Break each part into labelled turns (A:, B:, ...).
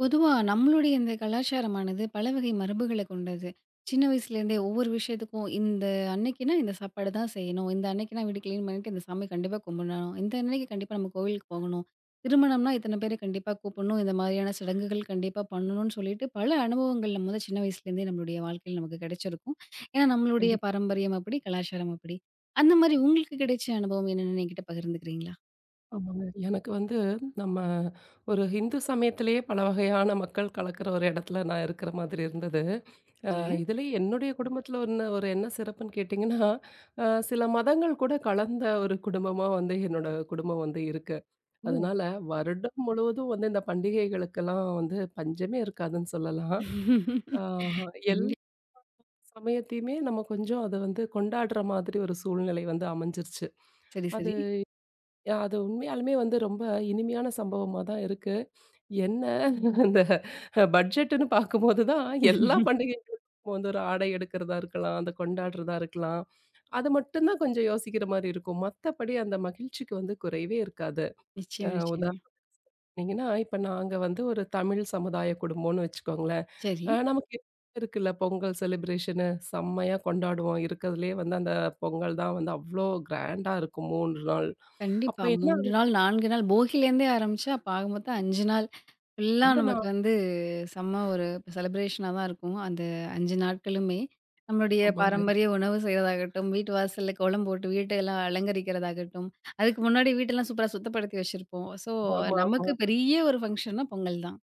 A: பொதுவா நம்மளுடைய இந்த கலாச்சாரமானது பலவகை மரபுகளை கொண்டது. சின்ன வயசுலேருந்தே ஒவ்வொரு விஷயத்துக்கும் இந்த அன்னைக்குன்னா இந்த சாப்பாடு தான் செய்யணும். இந்த அன்னைக்குன்னா வீடு கிளீன் பண்ணிட்டு இந்த சாமி கண்டிப்பா கும்பிடணும். இந்த அன்னைக்கு கண்டிப்பா நம்ம கோவிலுக்கு போகணும். திருமணம்னா இத்தனை பேர கண்டிப்பா கூப்பிடணும். இந்த மாதிரியான சடங்குகள் கண்டிப்பா பண்ணணும்னு சொல்லிட்டு பல அனுபவங்கள் நம்ம வந்து சின்ன வயசுலேருந்தே நம்மளுடைய வாழ்க்கையில நமக்கு கிடைச்சிருக்கும். ஏன்னா நம்மளுடைய
B: கண்டிப்பா.
A: பாரம்பரியம் அப்படி, கலாச்சாரம் அப்படி. அந்த மாதிரி உங்களுக்கு கிடைச்ச அனுபவம் என்னன்னு என்கிட்ட பகிர்ந்துக்கிறீங்களா?
B: ஆமாங்க. எனக்கு வந்து நம்ம ஒரு ஹிந்து சமயத்திலேயே பல வகையான மக்கள் கலக்கிற ஒரு இடத்துல நான் இருக்கிற மாதிரி இருந்தது. அ
A: சரிங்க.
B: இதுலயே என்னுடைய குடும்பத்தில ஒண்ணு ஒரு என்ன சிறப்புன்னு கேட்டிங்கன்னா, அ சில மதங்கள் கூட கலந்த ஒரு குடும்பமா வந்து என்னோட குடும்பம் வந்து இருக்கு.
A: ஓ!
B: அதனால வருடம் முழுவதும் வந்து இந்த பண்டிகைகளுக்கெல்லாம் வந்து பஞ்சமே இருக்காதுன்னு சொல்லலாம். ஆ எல்லா
A: கண்டி
B: சமயத்தையுமே நம்ம கொஞ்சம் அத வந்து கொண்டாடுற மாதிரி ஒரு சூழ்நிலை வந்து அமைஞ்சிருச்சு. அது
A: சரி,
B: அது உண்மையாலுமே வந்து ரொம்ப இனிமையான சம்பவமா தான் இருக்கு. என்ன இந்த பட்ஜெட்டுன்னு பார்க்கும்போது தான் எல்லா
A: சரி.
B: பண்டிகைகளுக்கும் வந்து ஒரு ஆடை எடுக்கிறதா இருக்கலாம், அத கொண்டாடுறதா இருக்கலாம். அது மட்டும் தான் கொஞ்சம் யோசிக்கிற மாரி இருக்கும். மத்தபடி அந்த மகிழ்ச்சிக்கு வந்து குறைவே இருக்காது. அ
A: நிச்சயமா, நிச்சயமா.
B: உதாரணீங்கன்னா, இப்ப நாங்க வந்து ஒரு தமிழ் சமுதாய குடும்பம்னு வச்சுக்கோங்களேன்.
A: சரி.
B: நமக்கு இருக்குல்ல பொங்கல் செலிப்ரேஷனு செம்மையா கொண்டாடுவோம். இருக்கிறதுலயே வந்து அந்த பொங்கல் தான் வந்து அவ்ளோ கிராண்டா இருக்கும் 3 நாள். அப்ப
A: கண்டிப்பா.
B: என்ன
A: 3
B: ஆகுது?
A: நாள், 4 நாள் போகிலேருந்தே ஆரம்பிச்சா, அப்ப ஆக மொத்தம் 5 நாள் ஃபுல்லா நமக்கு வந்து செம்ம ஒரு செலிப்ரேஷனா தான் இருக்கும். அந்த 5 நாட்களுமே. நம்மளுடைய
B: ஆமாங்க.
A: பாரம்பரிய உணவு செய்றதாகட்டும், வீட்டு வாசல்ல கோலம் போட்டு வீட்டெல்லாம் அலங்கரிக்கிறதாகட்டும், அதுக்கு முன்னாடி வீட்டெல்லாம் சூப்பரா சுத்தப்படுத்தி வச்சிருப்போம். ஸோ,
B: ஆமா, ஆமா.
A: நமக்கு பெரிய ஒரு ஃபங்ஷன்னா பொங்கல் தான்.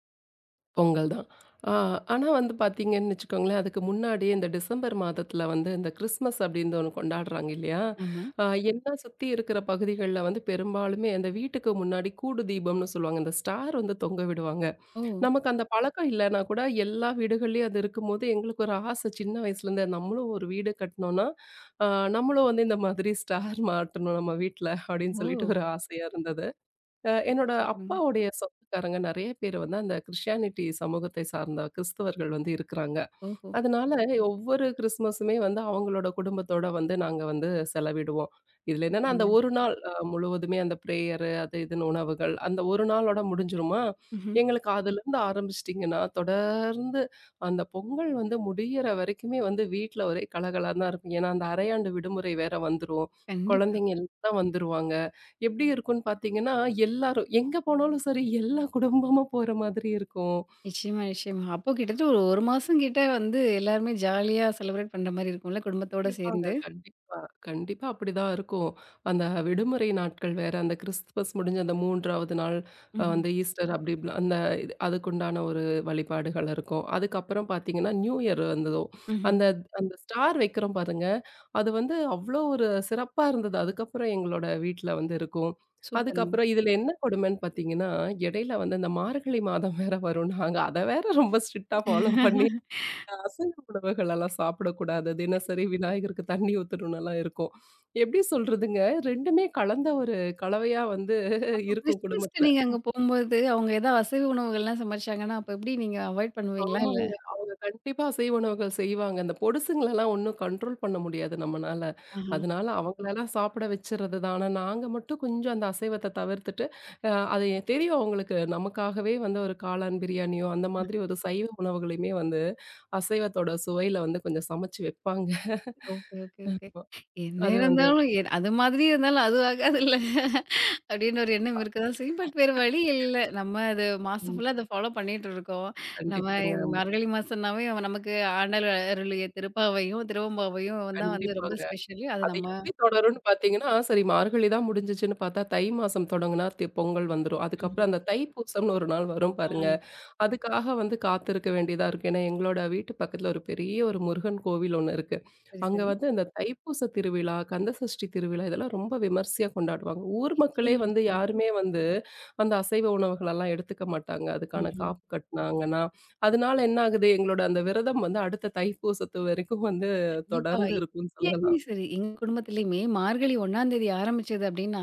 B: பொங்கல் தான். ஆ ஆனா வந்து பார்த்தீங்கன்னு வச்சுக்கோங்களேன், அதுக்கு முன்னாடி இந்த டிசம்பர் மாதத்தில வந்து இந்த கிறிஸ்மஸ் அப்டின்னு ஒண்ணு கொண்டாடுறாங்க இல்லையா?
A: ஆமா.
B: அ என்ன சுத்தி இருக்கிற பகுதிகள்ல வந்து பெரும்பாலுமே அந்த வீட்டுக்கு முன்னாடி கூடு தீபம்னு சொல்லுவாங்க. அந்த ஸ்டார் வந்து தொங்க விடுவாங்க.
A: ஓ!
B: நமக்கு அந்த பழக்கம் இல்லன்னா கூட எல்லா வீடுகள்லயும் அது இருக்கும்போது எங்களுக்கு ஒரு ஆசை சின்ன வயசுலேருந்தே நம்மளும் ஒரு வீடு கட்டினோம்னா, அ நம்மளும் வந்து இந்த மாதிரி ஸ்டார் மாட்டணும் நம்ம வீட்ல அப்டின்னு
A: ஓ!
B: சொல்லிட்டு ஒரு ஆசையா இருந்தது.
A: சூப்பர்,
B: என்னோட
A: சூப்பருங்க.
B: அப்பாவுடைய சொந்தக்காரங்க நெறைய பேர் வந்து அந்த கிறிஸ்டியானிட்டி சமூகத்தை சார்ந்த கிறிஸ்தவர்கள் வந்து இருக்கிறாங்க.
A: ஓஹோ!
B: அதனால ஒவ்வொரு கிறிஸ்மஸுமே வந்து அவங்களோட குடும்பத்தோட வந்து நாங்க வந்து செலவிடுவோம். இதுல என்னன்னா அந்த
A: சூப்பருங்க.
B: ஒரு நாள் முழுவதுமே அந்த பிரேயரு அது இதுன்னு உணவுகள், அந்த ஒரு நாளோட முடிஞ்சிருமா,
A: ம்ஹ்ம்.
B: எங்களுக்கு அதுலருந்து ஆரம்பிச்சுட்டீங்கன்னா, தொடர்ந்து அந்த பொங்கல் வந்து முடியிற வரைக்குமே வந்து வீட்ல ஒரே கலகலன்னு தான் இருக்கும். ஏன்னா அந்த அரையாண்டு விடுமுறை வேற வந்துரும்.
A: கண்டிப்பா.
B: குழந்தைங்க எல்லாம் வந்துருவாங்க. எப்படி இருக்கும்னு பார்த்தீங்கன்னா, எல்லாரும் எங்க போனாலும் சரி எல்லா குடும்பமும் போற மாதிரி இருக்கும்.
A: நிச்சயமா, நிச்சயமா. அப்போ கிட்டத்தட்ட ஒரு 1 மாசம் கிட்ட வந்து எல்லாருமே ஜாலியா செலிப்ரேட் பண்ற மாரி இருக்கும்ல, குடும்பத்தோட
B: கண்டிப்பாங்க.
A: சேர்ந்து.
B: கண்டிப்பா. கண்டிப்பா அப்படிதான் இருக்கும். அந்த விடுமுறை நாட்கள் வேற, அந்த கிறிஸ்துமஸ் முடிஞ்ச அந்த 3வது நாள்
A: ம்ஹ்ம்.
B: அந்த ஈஸ்டர் அப்படி இப்படிலாம் அந்த இது அதுக்குண்டான ஒரு வழிபாடுகள் இருக்கும். அதுக்கப்புறம் பார்த்தீங்கன்னா, நியூ இயர் வந்ததும்,
A: ம்ஹ்ம்.
B: அந்த அந்த ஸ்டார் வைக்கிறோம் பாருங்க, அது வந்து அவ்வளோ ஒரு சிறப்பா இருந்தது. அதுக்கப்புறம் எங்களோட வீட்ல வந்து இருக்கும்.
A: சூப்பருங்க.
B: அதுக்கப்புறம் இதில என்ன கொடுமைன்னு பார்த்தீங்கன்னா, இடையில வந்து இந்த மார்கழி மாதம் வேற வரும். நாங்க அத வேற ரொம்ப ஸ்ட்ரிக்ட்டா ஃபாலோ பண்ணி அசைவ உணவுகள் எல்லாம் சாப்பிடக்கூடாது. தினசரி விநாயகருக்கு தண்ணி ஊத்தணும்னலாம் இருக்கும். எப்படி சொல்றதுங்க, 2மே கலந்த ஒரு கலவையா வந்து
A: அப்போ
B: இருக்கும்
A: கிறிஸ்மஸ்க்கு
B: குடும்பத்துல.
A: நீங்க அங்க போம்போது, அவங்க ஏதா அசைவ உணவுகள்லாம் சமைச்சாங்கன்னா, அப்ப எப்படி நீங்க அவாய்ட் பண்ணுவீங்களா? இல்ல
B: ஆமாங்க. அவங்க கண்டிப்பா அசைவ உணவுகள் செய்வாங்க. அந்த பொடுசுங்களலாம் ஒண்ணும் கண்ட்ரோல் பண்ண முடியாது நம்மனால.
A: ஆஹா.
B: அதனால அவங்களலாம் சாப்பிட வச்சுறது தான். ஆனா நாங்க மட்டும் கொஞ்சம் அந்த அசைவத்த தவிர்த்துட்டு, அது தெரியும் அவங்களுக்கு. நமக்காகவே வந்து ஒரு காளான் பிரியாணியோ, அந்த மாதிரி ஒரு சைவ உணவுகளையுமே வந்து அசைவத்தோட சுவையில வந்து கொஞ்சம் சமைச்சு வைப்பாங்க.
A: Okay, okay, okay. என்ன
B: அது வந்து
A: இருந்தாலும் அது மாதிரி இருந்தாலும் அது ஆகாதுல்ல. அப்படின்னு ஒரு எண்ணம் இருக்கதான் செய்யும். பட் வேற வழி இல்ல. நம்ம அது மாசம் ஃபுல்லா அத ஃபாலோ பண்ணிட்டு இருக்கோம். நம்ம
B: கண்டிப்பாங்க.
A: இந்த
B: ஆமா.
A: மார்கழி மாசம்னாவே அவன் நமக்கு ஆண்டவர் அருளிய திருப்பாவையும், திருவெம்பாவையும் தான் வந்து ரொம்ப
B: கண்டிப்பாங்க.
A: ஸ்பெஷலு. அது
B: அது
A: நம்ம
B: எப்படி தொடரும்னு பார்த்தீங்கன்னா, சரி மார்கழி தான் முடிஞ்சுச்சுன்னு பார்த்தா, தை மாசம் தொடங்குனா தி பொங்கல் வந்துரும்.
A: ம்ஹ்ம்.
B: அதுக்கப்புறம் அந்த தைப்பூசம்னு ஒரு நாள் வரும்
A: ஆ
B: பாருங்க. அதுக்காக வந்து காத்திருக்க வேண்டியதா இருக்கு. ஏன்னா, எங்களோட வீட்டு பக்கத்துல ஒரு பெரிய ஒரு முருகன் கோவில் ஒண்ணு இருக்கு.
A: சரி,
B: அங்க
A: சரி.
B: வந்து இந்த தைப்பூச திருவிழா, கந்த சஷ்டி திருவிழா இதெல்லாம் ரொம்ப விமர்சையா கொண்டாடுவாங்க. ஊர் மக்களே
A: நிச்சயமா,
B: வந்து
A: நிச்சயமா.
B: யாருமே வந்து அந்த அசைவ உணவுகளெல்லாம் எடுத்துக்க மாட்டாங்க. அதுக்கான
A: ம்ஹ்ம்.
B: காப்பு கட்டுனாங்கன்னா, அதனால என்ன ஆகுது, எங்களோட அந்த விரதம் வந்து அடுத்த தைப்பூசத்து வரைக்கும் வந்து
A: கண்டிப்பா.
B: தொடர்ந்து இருக்கும்னு
A: இங்கேயுமே
B: சொல்லலாம்.
A: சரி, எங்க குடும்பத்திலயுமே மார்கழி 1 தேதி ஆரம்பிச்சது அப்டின்னா,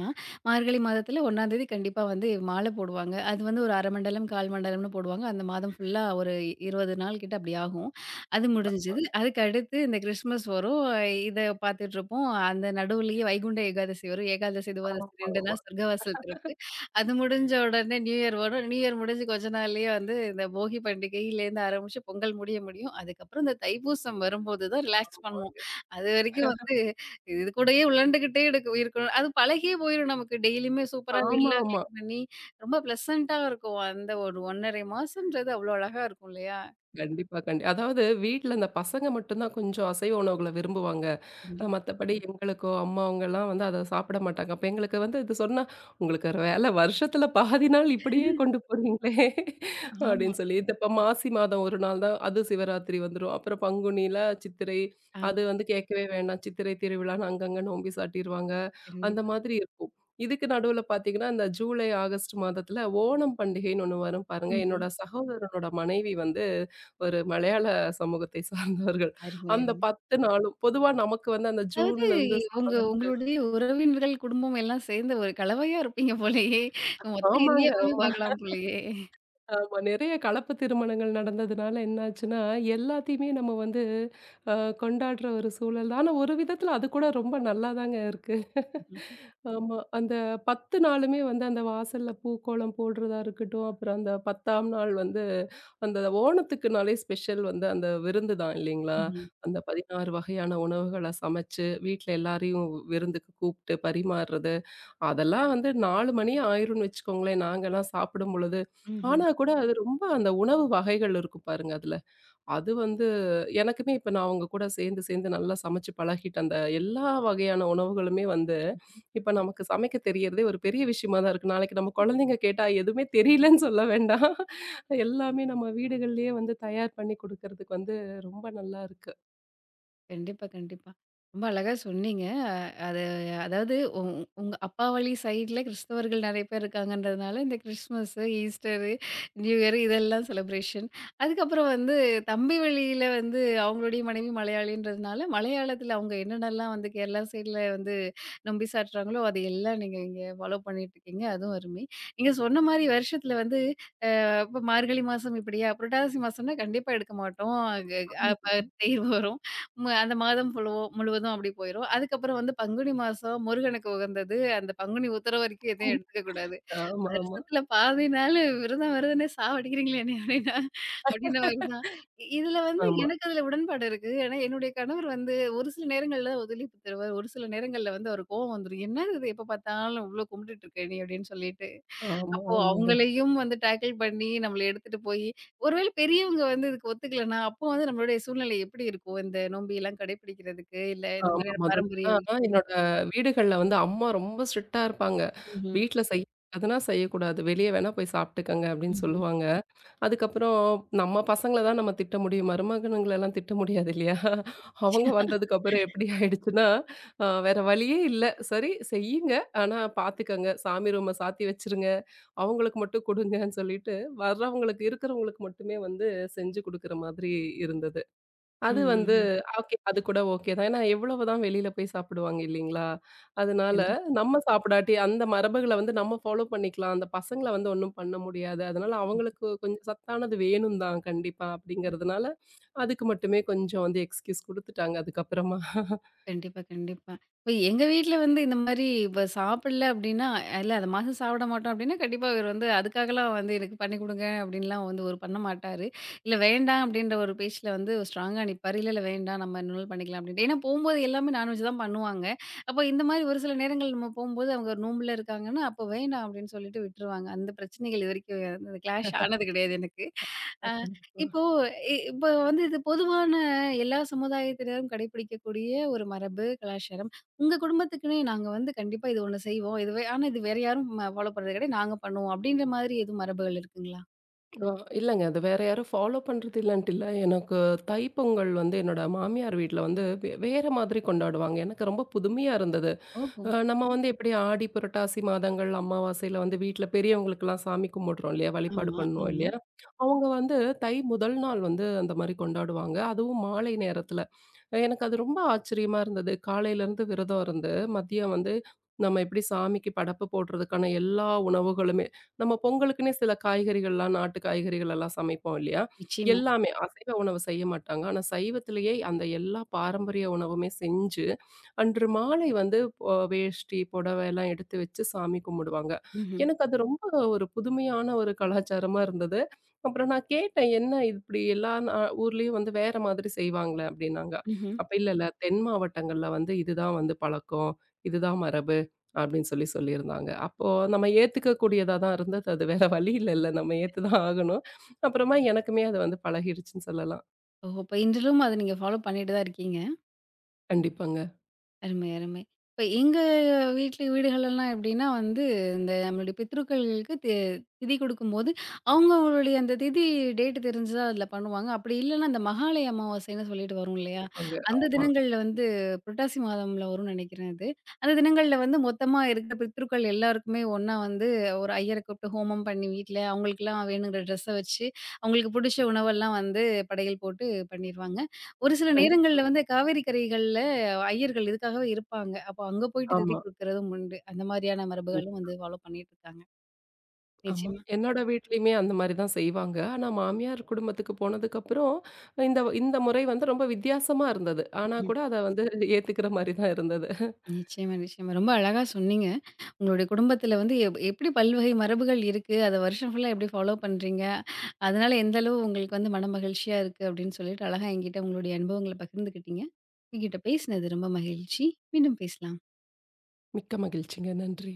A: மார்கழி மாதத்துல 1 தேதி கண்டிப்பா வந்து மாலை போடுவாங்க. அது வந்து ஒரு 1/2 மண்டலம், 1/4 மண்டலம்னு போடுவாங்க. அந்த மாதம் ஃபுல்லா ஒரு 20 நாள் கிட்ட அப்டி ஆகும். அது முடிஞ்சது. அதுக்கு அடுத்து இந்த கிறிஸ்மஸ் வரும். இத பார்த்துட்ருப்போம். அந்த நடுவுலயே வைகுண்ட ஏகாதசி வரும். ஏகாதசி, துவாதசி 2
B: ஆமாமா.
A: நாள் சொர்க்கவாசல் திறப்பு. அது முடிஞ்ச உடனே நியூ இயர் வரும். நியூ இயர் முடிஞ்சு கொஞ்ச நாள்லயே வந்து இந்த போகி பண்டிகையிலேருந்து ஆரம்பிச்சு பொங்கல் முடிய முடியும். அதுக்கப்புறம் இந்த தைப்பூசம் வரும்போது தான் ரிலாக்ஸ் பண்ணுவோம். அது வரைக்கும் வந்து இது கூடயே உழண்டுகிட்டே இருக்க இருக்கணும். அது பழகியே போயிரும் நமக்கு. டெய்லியுமே சூப்பரா வீடெல்லாம்
B: ஆமாமா.
A: கிளீன் பண்ணி ரொம்ப பிளசன்ட்டா இருக்கும். அந்த ஒரு 1 1/2 மாசம்ன்றது அவ்ளோ அழகா இருக்கும் இல்லையா?
B: கண்டிப்பா, அதாவது வீட்ல இந்த பசங்க மட்டும் தான் கொஞ்சம் அசைவ உணவுகள விரும்புவாங்க.
A: கண்டிப்பா.
B: மத்தபடி எங்களுக்கோ, அம்மாவங்கலாம் வந்து அத சாப்பிட மாட்டாங்க. அப்ப எங்களுக்கு வந்து இது சொன்னா, "உங்களுக்கு ஒரு வேல வருஷத்துல பாதி நாள் இப்படியே
A: ஆமா.
B: கொண்டு போறீங்களே!"
A: ஆமா,
B: அப்படின்னு சொல்லி, இந்த இப்ப மாசி மாதம் 1 நாள் தான் அது சிவராத்திரி வந்துரும். அப்புறம் பங்குனியில சித்திரை,
A: ஆமா.
B: அது வந்து கேட்கவே வேண்டாம். சித்திரை திருவிழான்னு அங்கங்க நோம்பி சாட்டிருவாங்க. அந்த
A: கண்டிப்பா.
B: மாதிரி இருக்கும். இதுக்கு நடுவுல பார்த்தீங்கன்னா, இந்த ஜூலை, ஆகஸ்ட் மாதத்துல ஓணம் பண்டிகைன்னு ஒண்ணு வரும் பாருங்க.
A: ம்ஹ்ம்.
B: என்னோட சகோதரனோட மனைவி வந்து ஒரு மலையாள சமூகத்தை சார்ந்தவர்கள்.
A: அருமை,
B: அந்த
A: அருமை.
B: 10 நாளும். பொதுவா நமக்கு வந்து அந்த
A: அதாவது
B: ஜூன்ல இருந்து
A: உங்க
B: சாதம்.
A: உங்களுடைய உறவினர்கள், குடும்பம் எல்லாம் சேர்ந்து ஒரு கலவையா இருப்பீங்க போலயே! மொத்த
B: ஆமாங்க,
A: இந்தியாவையுமே
B: ஆமா,
A: பார்க்கலாம் போலயே!
B: ஆமா. நெறைய கலப்பு திருமணங்கள் நடந்ததுனால என்னாச்சுன்னா, எல்லாத்தையுமே நம்ம வந்து அ கொண்டாடுற ஒரு சூழல் தான். ஆனா ஒரு விதத்துல அது கூட ரொம்ப நல்லாதாங்க இருக்கு. ஆமா. அந்த 10 நாளுமே வந்து அந்த வாசல்ல பூக்கோலம் போடுறதா இருக்கட்டும், அப்புறம் அந்த 10ஆம் நாள் வந்து அந்த ஓணத்துக்குனாலே ஸ்பெஷல் வந்து அந்த விருந்து தான் இல்லைங்களா?
A: ம்ஹ்ம்.
B: அந்த 16 வகையான உணவுகள சமைச்சு, வீட்ல எல்லாரையும் விருந்துக்கு கூப்ட்டு பரிமாறுறது. அதெல்லாம் வந்து 4 மணி ஆயிரும்ன்னு வச்சுக்கோங்களேன், நாங்கலாம் சாப்பிடும்பொழுது.
A: ம்ஹ்ம்.
B: ஆனா கூட அது ரொம்ப அந்த உணவு வகைகள் இருக்கும் பாருங்க அதுல. அது வந்து எனக்குமே இப்ப நான் அவங்க கூட சேர்ந்து சேர்ந்து நல்லா சமைச்சு பழகிட்டேன். அந்த எல்லா வகையான உணவுகளுமே வந்து இப்ப நமக்கு சமைக்க தெரியறதே ஒரு பெரிய விஷயமா தான் இருக்கு. நாளைக்கு நம்ம குழந்தைங்க கேட்டா எதுவுமே தெரியலன்னு சொல்ல வேண்டாம். எல்லாமே நம்ம வீடுகள்லயே வந்து தயார் பண்ணி குடுக்கறதுக்கு வந்து ரொம்ப நல்லா இருக்கு.
A: கண்டிப்பா, கண்டிப்பா. ரொம்ப அழகா சொன்னீங்க. அ அது அதாவது உ உ- உங்க அப்பா வழி சைட்ல கிறிஸ்தவர்கள் நெறைய பேர் இருக்காங்கன்றதுனால, இந்த கிறிஸ்மஸு, ஈஸ்டரு, நியூ இயர் இதெல்லாம் செலிப்ரேஷன். அதுக்கப்புறம் வந்து தம்பி வழியில வந்து அவங்களுடைய மனைவி மலையாளின்றதுனால, மலையாளத்தில அவங்க என்னென்னலாம் வந்து கேரளா சைட்ல வந்து நொம்பி சாட்டுறாங்களோ, அது எல்லாம் நீங்க இங்க ஃபாலோ பண்ணிட்டுருக்கீங்க. அதுவும் அருமை. நீங்க சொன்ன மாரி வருஷத்தில வந்து அப்ப மார்கழி மாசம் இப்படியா? புரட்டாசி மாசம்னா கண்டிப்பா எடுக்க மாட்டோம். அ
B: ஆமா.
A: அப்ப தேர் வரும். அந்த மாதம் முழுவதும் அப்படி போயிரும். அதுக்கப்புறம் வந்து பங்குனி மாசம் முருகனுக்கு உகந்தது. அந்த பங்குனி உத்திர வரைக்கும் எதையும் எடுத்துக்க கூடாது.
B: ஆமா, ஆமா.
A: வருஷத்துல பாதி நாளு விரதம் விரதம்னே சாவடிக்கிறீங்களே என்னைய அப்படின்னா, அப்படின்ற மாரி தான். இதுல வந்து
B: ஆமா,
A: எனக்கு அதுல உடன்பாடு இருக்கு. ஏன்னா என்னுடைய கணவர் வந்து ஒரு சில நேரங்கள்ல ஒத்துழைப்பு தருவார். ஒரு சில நேரங்கள்ல வந்து அவருக்கு கோவம் வந்துரும். "என்னது இது எப்ப பார்த்தாலும் இவ்ளோ கும்பிட்டுட்டு இருக்க நீ" அப்படின்னு சொல்லிட்டு.
B: ஆமா,
A: அப்போ
B: ஆமாங்க.
A: அவங்களையும் வந்து டேக்கில் பண்ணி, நம்மள எடுத்துட்டு போயி, ஒருவேள பெரியவங்க வந்து இதுக்கு ஒத்துக்கலன்னா, அப்போ வந்து நம்மளுடைய சூழ்நிலை எப்படி இருக்கும்? இந்த நோம்பியெல்லாம் கடைபிடிக்கிறதுக்கு, இல்ல இந்த
B: ஆமா.
A: மாதிரியான பாரம்பரிய
B: முதல்லாம்
A: விஷயம்
B: என்னோட வீடுகள்ல வந்து அம்மா ரொம்ப ஸ்ட்ரிக்ட்டா இருப்பாங்க.
A: ம்ஹ்ம்.
B: வீட்ல செய்யக்கூடாதுன்னா செய்யக்கூடாது. வெளிய வேணா போய் சாப்ட்டுக்கங்க அப்படின்னு
A: ம்ஹ்ம்.
B: சொல்லுவாங்க. அதுக்கப்புறம் நம்ம பசங்கள தான் நம்ம திட்ட முடியும். மருமகனுங்களலாம் திட்ட முடியாது இல்லையா? அவங்க வந்ததுக்கப்புறம் எப்படி ஆயிடுச்சுன்னா, வேற வழியே இல்ல. சரி செய்யுங்க. ஆனா பாத்துக்கங்க. சாமி ரூம சாத்தி வச்சுருங்க. அவங்களுக்கு மட்டும் குடுங்கன்னு சொல்லிட்டு வர்றவங்களுக்கு இருக்கிறவங்களுக்கு மட்டுமே வந்து செஞ்சு குடுக்குற மாதிரி இருந்தது. அது
A: ம்,
B: வந்து
A: ம்ஹ்ம்.
B: ஓகே. அது கூட ஓகே தான். ஏன்னா எவ்வளவுதான் வெளியில போய் சாப்பிடுவாங்க இல்லீங்களா? அதனால
A: கண்டிப்பா.
B: நம்ம சாப்பிடாட்டி அந்த மரபுகள வந்து நம்ம ஃபாலோ பண்ணிக்கலாம். அந்த பசங்கள வந்து ஒண்ணும் பண்ண முடியாது. அதனால
A: ம்.
B: அவங்களுக்கு கொஞ்சம் சத்தானது வேணும் தான் கண்டிப்பா
A: கண்டிப்பா.
B: அப்படிங்கிறதுனால, அதுக்கு மட்டுமே கொஞ்சம் வந்து எக்ஸ்கியூஸ் குடுத்துட்டாங்க அதுக்கப்புறமா.
A: கண்டிப்பா, கண்டிப்பா. இப்ப எங்க வீட்ல வந்து இந்த மாரி இப்ப சாப்பிடல அப்டின்னா, இல்ல அந்த மாசம் சாப்பிட மாட்டோம் அப்டின்னா, கண்டிப்பா இவரு வந்து அதுக்காகலாம் வந்து எனக்கு பண்ணி குடுங்க அப்டின்லாம் வந்து ஒரு பண்ண மாட்டாரு. இல்ல வேண்டாம் அப்டின்ற ஒரு பேச்சுல வந்து ஸ்ட்ராங்கா நிப்பாரு. இல்ல, இல்ல வேண்டாம் நம்ம இன்னொரு நாள் பண்ணிக்கலாம் அப்டின்ட்டு. ஏன்னா போம்போது எல்லாமே நான்வெஜ் தான் பண்ணுவாங்க. அப்போ இந்த மாரி ஒரு சில நேரங்கள் நம்ம போம்போது அவங்க ஒரு நோம்புல இருக்காங்கன்னா, அப்போ வேண்டாம் அப்டின்னு சொல்லிட்டு விட்டுருவாங்க. அந்த பிரச்சனைகள் இதுவரைக்கும் அந்த கிளாஷ் ஆனது கிடையாது எனக்கு. அ
B: கண்டிப்பா.
A: இப்போ இப்ப வந்து இது பொதுவான எல்லா சமுதாயத்தினரும் கடைபிடிக்கக்கூடிய ஒரு மரபு, கலாச்சாரம். உங்க குடும்பத்துக்குன்னே நாங்க வந்து கண்டிப்பா இது ஒண்ணு செய்வோம். இதுவே ஆனா இது வேற யாரும் ஃபாலோ பண்றது கிடையாது. நாங்க பண்ணுவோம். அப்படின்ற மாதிரி எதுவும் மரபுகள் இருக்குங்களா?
B: அ இல்லங்க. அது வேற யாரும் ஃபாலோ பண்றது இல்லன்ட்டு இல்ல. எனக்கு தைப்பொங்கல் வந்து என்னோட மாமியார் வீட்ல வந்து வேற மாதிரி கொண்டாடுவாங்க. எனக்கு ரொம்ப புதுமையா இருந்தது.
A: ஓஹோ!
B: நம்ம வந்து எப்படி ஆடி புரட்டாசி மாதங்கள் அமாவாசையில வந்து வீட்ல பெரியவங்களுக்கெல்லாம் சாமி கும்பிடுறோம் இல்லையா? வழிபாடு
A: ஆமா,
B: பண்ணுவோம்
A: ஆமா.
B: இல்லையா? அவங்க வந்து தை முதல் நாள் வந்து அந்த மாதிரி கொண்டாடுவாங்க. அதுவும் மாலை நேரத்துல. எனக்கு அது ரொம்ப ஆச்சரியமா இருந்தது. காலையில இருந்து விரதம் இருந்து, மதியம் வந்து நம்ம எப்படி சாமிக்கு படைப்பு போடுறதுக்கான எல்லா உணவுகளுமே நம்ம பொங்கலுக்குன்னே சில காய்கறிகள்லாம், நாட்டு காய்கறிகள் எல்லாம் சமைப்போம் இல்லையா?
A: நிச்சயமா.
B: எல்லாமே அசைவ உணவு செய்ய மாட்டாங்க. ஆனா சைவத்திலேயே அந்த எல்லா பாரம்பரிய உணவுமே செஞ்சு அன்று மாலை வந்து வேஷ்டி, புடவை எல்லாம் எடுத்து வச்சு சாமி கும்பிடுவாங்க.
A: ம்ஹ்ம்,
B: எனக்கு அது ரொம்ப ஒரு புதுமையான ஒரு கலாச்சாரமா இருந்தது. அப்புறம் நான் கேட்டேன், "என்ன இது இப்படி எல்லா ஊர்லயும் வந்து வேற மாதிரி செய்வாங்களே?" அப்படின்னாங்க.
A: ம்ஹ்ம்.
B: அப்ப "இல்ல, இல்ல தென் மாவட்டங்கள்ல வந்து இதுதான் வந்து பழக்கம். இதுதான் மரபு." அப்படின்னு சொல்லி சொல்லியிருந்தாங்க. அப்போ நம்ம ஏத்துக்கக்கூடியதா தான் இருந்தது. அது வேற வழி இல்லல்ல. நம்ம ஏத்து தான் ஆகணும். அப்புறமா எனக்குமே அது வந்து பழகிடுச்சுன்னு சொல்லலாம்.
A: ஓஹோ! இப்ப இன்றிலும் அத நீங்க ஃபாலோ பண்ணிட்டு தான் இருக்கீங்க.
B: கண்டிப்பாங்க.
A: அருமை, அருமை. இப்ப எங்க வீட்ல வீடுகளெல்லாம் எப்படின்னா வந்து, இந்த நம்மளுடைய பித்ருக்களுக்கு திதி குடுக்கும்போது, அவங்க அவங்களுடைய அந்த திதி டேட் தெரிஞ்சா அதில பண்ணுவாங்க. அப்படி இல்லன்னா, அந்த மகாலய அமாவாசைன்னு சொல்லிட்டு வரும் இல்லையா?
B: ஆமாங்க.
A: அந்த
B: ஆமா.
A: தினங்கள்ல வந்து புரட்டாசி மாதம்ல வரும்னு நெனைக்கிறேன் அது. அந்த தினங்கள்ல வந்து மொத்தமா இருக்கிற பித்ருக்கள் எல்லாருக்குமே ஒண்ணா வந்து ஒரு ஐயர கூப்பிட்டு ஹோமம் பண்ணி வீட்ல அவங்களுக்கெல்லாம் வேணுங்கிற ட்ரெஸ்ஸ வச்சு, அவங்களுக்கு புடிச்ச உணவெல்லாம் வந்து படையல் போட்டு பண்ணிருவாங்க. ஒரு சில
B: கண்டிப்
A: நேரங்கள்ல வந்து காவேரி கரைகள்ல ஐயர்கள் இதுக்காகவே இருப்பாங்க. அப்போ அங்க போயிட்டு திதி
B: ஆமா.
A: குடுக்குறதும் உண்டு. அந்த மாரியான மரபுகளும் வந்து ஃபாலோ பண்ணிட்டு இருக்காங்க.
B: ஆமா.
A: நிச்சயமா.
B: என்னோட வீட்லயுமே அந்த மாரி தான் செய்வாங்க. ஆனா மாமியார் குடும்பத்துக்கு போனதுக்கப்புறம், இந்த இந்த முறை வந்து ரொம்ப வித்தியாசமா இருந்தது. ஆனா
A: ம்ஹ்ம்.
B: கூட அத வந்து ஏத்துக்கிற மாரி தான் இருந்தது.
A: நிச்சயமா, நிச்சயமா. ரொம்ப அழகா சொன்னீங்க. உங்களுடைய குடும்பத்தில வந்து எப்படி பல்வகை மரபுகள் இருக்கு. அத வருஷம் ஃபுல்லா எப்படி ஃபாலோ பண்றீங்க. அதனால எந்த அளவு உங்களுக்கு வந்து மன மகிழ்ச்சியா இருக்கு அப்படின்னு சொல்லிட்டு அழகா என்கிட்ட உங்களுடைய அனுபவங்கள பகிர்ந்துக்கிட்டீங்க. உங்ககிட்ட பேசினது ரொம்ப மகிழ்ச்சி. மீண்டும் பேசலாம்.
B: மிக்க மகிழ்ச்சிங்க. நன்றி.